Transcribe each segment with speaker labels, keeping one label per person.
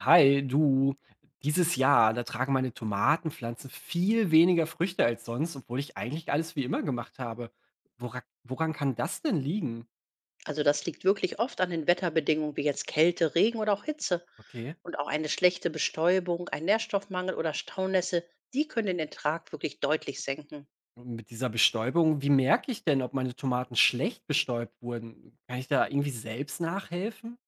Speaker 1: Hi, du. Dieses Jahr, da tragen meine Tomatenpflanzen viel weniger Früchte als sonst, obwohl ich eigentlich alles wie immer gemacht habe. Woran kann das denn liegen?
Speaker 2: Also das liegt wirklich oft an den Wetterbedingungen wie jetzt Kälte, Regen oder auch Hitze.
Speaker 1: Okay.
Speaker 2: Und auch eine schlechte Bestäubung, ein Nährstoffmangel oder Staunässe, die können den Ertrag wirklich deutlich senken.
Speaker 1: Und mit dieser Bestäubung, wie merke ich denn, ob meine Tomaten schlecht bestäubt wurden? Kann ich da irgendwie selbst nachhelfen?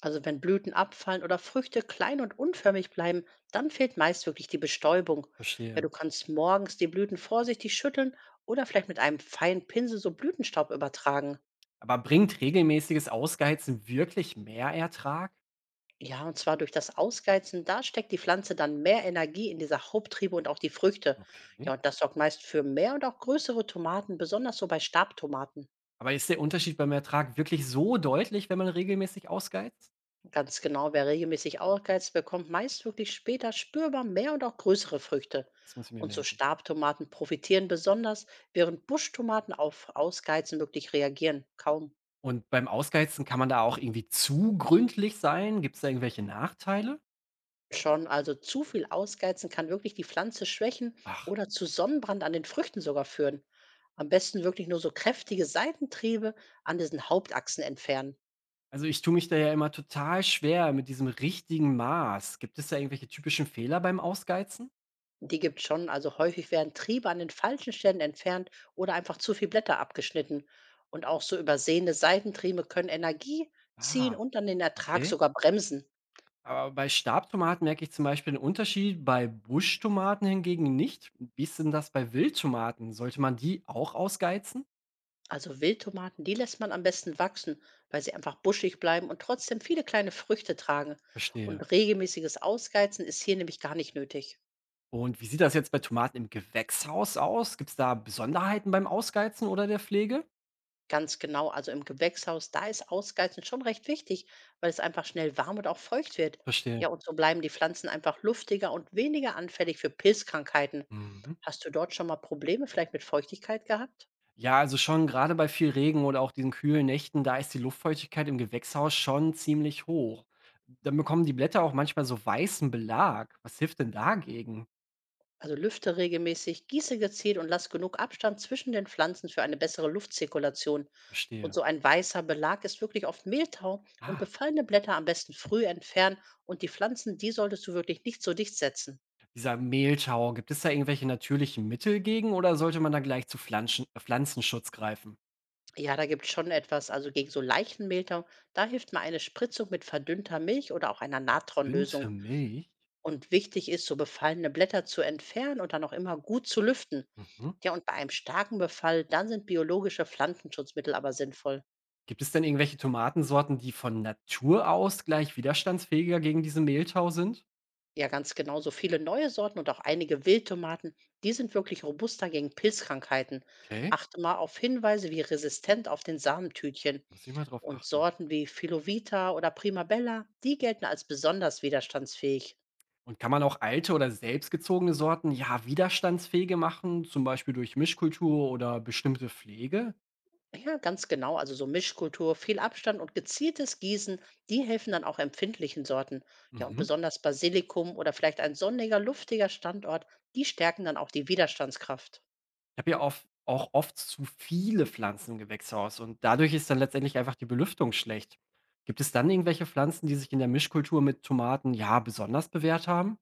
Speaker 2: Also wenn Blüten abfallen oder Früchte klein und unförmig bleiben, dann fehlt meist wirklich die Bestäubung. Ja,
Speaker 1: Verstehe.
Speaker 2: du kannst morgens die Blüten vorsichtig schütteln oder vielleicht mit einem feinen Pinsel so Blütenstaub übertragen.
Speaker 1: Aber bringt regelmäßiges Ausgeheizen wirklich mehr Ertrag?
Speaker 2: Ja, und zwar durch das Ausgeizen, da steckt die Pflanze dann mehr Energie in diese Haupttriebe und auch die Früchte.
Speaker 1: Okay.
Speaker 2: Ja, und das sorgt meist für mehr und auch größere Tomaten, besonders so bei Stabtomaten.
Speaker 1: Aber ist der Unterschied beim Ertrag wirklich so deutlich, wenn man regelmäßig ausgeizt?
Speaker 2: Ganz genau, wer regelmäßig ausgeizt, bekommt meist wirklich später spürbar mehr und auch größere Früchte.
Speaker 1: Das muss ich mir
Speaker 2: Und so
Speaker 1: merken.
Speaker 2: Stabtomaten profitieren besonders, während Buschtomaten auf Ausgeizen wirklich reagieren. Kaum.
Speaker 1: Und beim Ausgeizen kann man da auch irgendwie zu gründlich sein? Gibt's da irgendwelche Nachteile?
Speaker 2: Schon, also zu viel Ausgeizen kann wirklich die Pflanze schwächen
Speaker 1: Ach.
Speaker 2: oder zu Sonnenbrand an den Früchten sogar führen. Am besten wirklich nur so kräftige Seitentriebe an diesen Hauptachsen entfernen.
Speaker 1: Also, ich tue mich da ja immer total schwer mit diesem richtigen Maß. Gibt es da irgendwelche typischen Fehler beim Ausgeizen?
Speaker 2: Die gibt schon, also häufig werden Triebe an den falschen Stellen entfernt oder einfach zu viel Blätter abgeschnitten. Und auch so übersehene Seitentriebe können Energie ziehen
Speaker 1: Ah,
Speaker 2: und dann den Ertrag
Speaker 1: okay.
Speaker 2: sogar bremsen.
Speaker 1: Aber bei Stabtomaten merke ich zum Beispiel den Unterschied, bei Buschtomaten hingegen nicht. Wie ist denn das bei Wildtomaten? Sollte man die auch ausgeizen?
Speaker 2: Also Wildtomaten, die lässt man am besten wachsen, weil sie einfach buschig bleiben und trotzdem viele kleine Früchte tragen.
Speaker 1: Verstehe.
Speaker 2: Und regelmäßiges Ausgeizen ist hier nämlich gar nicht nötig.
Speaker 1: Und wie sieht das jetzt bei Tomaten im Gewächshaus aus? Gibt es da Besonderheiten beim Ausgeizen oder der Pflege?
Speaker 2: Ganz genau, also im Gewächshaus, da ist Ausgeizen schon recht wichtig, weil es einfach schnell warm und auch feucht wird.
Speaker 1: Verstehe.
Speaker 2: Ja, und so bleiben die Pflanzen einfach luftiger und weniger anfällig für Pilzkrankheiten.
Speaker 1: Mhm.
Speaker 2: Hast du dort schon mal Probleme vielleicht mit Feuchtigkeit gehabt?
Speaker 1: Ja, also schon gerade bei viel Regen oder auch diesen kühlen Nächten, da ist die Luftfeuchtigkeit im Gewächshaus schon ziemlich hoch. Dann bekommen die Blätter auch manchmal so weißen Belag. Was hilft denn dagegen?
Speaker 2: Also lüfte regelmäßig, gieße gezielt und lass genug Abstand zwischen den Pflanzen für eine bessere Luftzirkulation. Und
Speaker 1: Verstehe.
Speaker 2: so ein weißer Belag ist wirklich oft Mehltau und
Speaker 1: Ah,
Speaker 2: befallene Blätter am besten früh entfernen und die Pflanzen, die solltest du wirklich nicht so dicht setzen.
Speaker 1: dieser Mehltau, gibt es da irgendwelche natürlichen Mittel gegen oder sollte man da gleich zu Pflanzenschutz greifen?
Speaker 2: Ja, da gibt es schon etwas, also gegen so leichten Mehltau, da hilft mal eine Spritzung mit verdünnter Milch oder auch einer Natronlösung.
Speaker 1: Dünte Milch?
Speaker 2: Und wichtig ist, so befallene Blätter zu entfernen und dann auch immer gut zu lüften.
Speaker 1: Mhm.
Speaker 2: Ja, und bei einem starken Befall, dann sind biologische Pflanzenschutzmittel aber sinnvoll.
Speaker 1: Gibt es denn irgendwelche Tomatensorten, die von Natur aus gleich widerstandsfähiger gegen diesen Mehltau sind?
Speaker 2: Ja, ganz genau. So viele neue Sorten und auch einige Wildtomaten, die sind wirklich robuster gegen Pilzkrankheiten.
Speaker 1: Okay,
Speaker 2: Achte mal auf Hinweise wie resistent auf den Samentütchen.
Speaker 1: muss ich mal drauf
Speaker 2: Und
Speaker 1: achten.
Speaker 2: Sorten wie Filovita oder Primabella, die gelten als besonders widerstandsfähig.
Speaker 1: Und kann man auch alte oder selbstgezogene Sorten, ja, widerstandsfähiger machen, zum Beispiel durch Mischkultur oder bestimmte Pflege?
Speaker 2: Ja, ganz genau. Also so Mischkultur, viel Abstand und gezieltes Gießen, die helfen dann auch empfindlichen Sorten. Ja, und
Speaker 1: Mhm.
Speaker 2: besonders Basilikum oder vielleicht ein sonniger, luftiger Standort, die stärken dann auch die Widerstandskraft.
Speaker 1: Ich habe ja oft, auch oft zu viele Pflanzen im Gewächshaus und dadurch ist dann letztendlich einfach die Belüftung schlecht. Gibt es dann irgendwelche Pflanzen, die sich in der Mischkultur mit Tomaten, ja, besonders bewährt haben?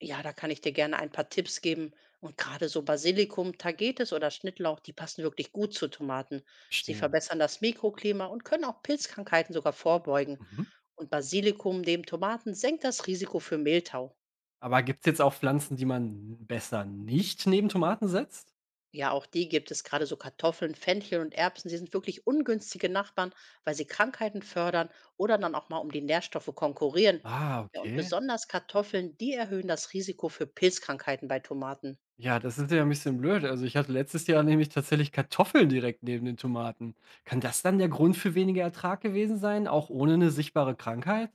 Speaker 2: Ja, da kann ich dir gerne ein paar Tipps geben. Und gerade so Basilikum, Tagetes oder Schnittlauch, die passen wirklich gut zu Tomaten. Sie
Speaker 1: Verstehe.
Speaker 2: verbessern das Mikroklima und können auch Pilzkrankheiten sogar vorbeugen.
Speaker 1: Mhm.
Speaker 2: Und Basilikum neben Tomaten senkt das Risiko für Mehltau.
Speaker 1: Aber gibt es jetzt auch Pflanzen, die man besser nicht neben Tomaten setzt?
Speaker 2: Ja, auch die gibt es gerade so Kartoffeln, Fenchel und Erbsen. Sie sind wirklich ungünstige Nachbarn, weil sie Krankheiten fördern oder dann auch mal um die Nährstoffe konkurrieren.
Speaker 1: Ah,
Speaker 2: Ja, und
Speaker 1: okay.
Speaker 2: besonders Kartoffeln, die erhöhen das Risiko für Pilzkrankheiten bei Tomaten.
Speaker 1: Ja, das ist ja ein bisschen blöd. Also, ich hatte letztes Jahr nämlich tatsächlich Kartoffeln direkt neben den Tomaten. Kann das dann der Grund für weniger Ertrag gewesen sein, auch ohne eine sichtbare Krankheit?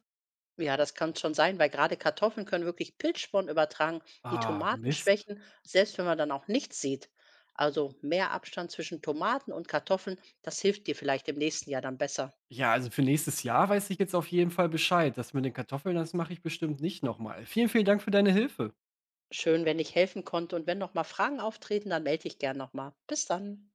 Speaker 2: Ja, das kann schon sein, weil gerade Kartoffeln können wirklich Pilzsporen übertragen, die
Speaker 1: Ah,
Speaker 2: Tomaten
Speaker 1: Mist.
Speaker 2: schwächen, selbst wenn man dann auch nichts sieht. Also, mehr Abstand zwischen Tomaten und Kartoffeln, das hilft dir vielleicht im nächsten Jahr dann besser.
Speaker 1: Ja, also, für nächstes Jahr weiß ich jetzt auf jeden Fall Bescheid. Das mit den Kartoffeln, das mache ich bestimmt nicht nochmal. Vielen, vielen Dank für deine Hilfe.
Speaker 2: Schön, wenn ich helfen konnte und wenn noch mal Fragen auftreten, dann melde ich gern noch mal. Bis dann.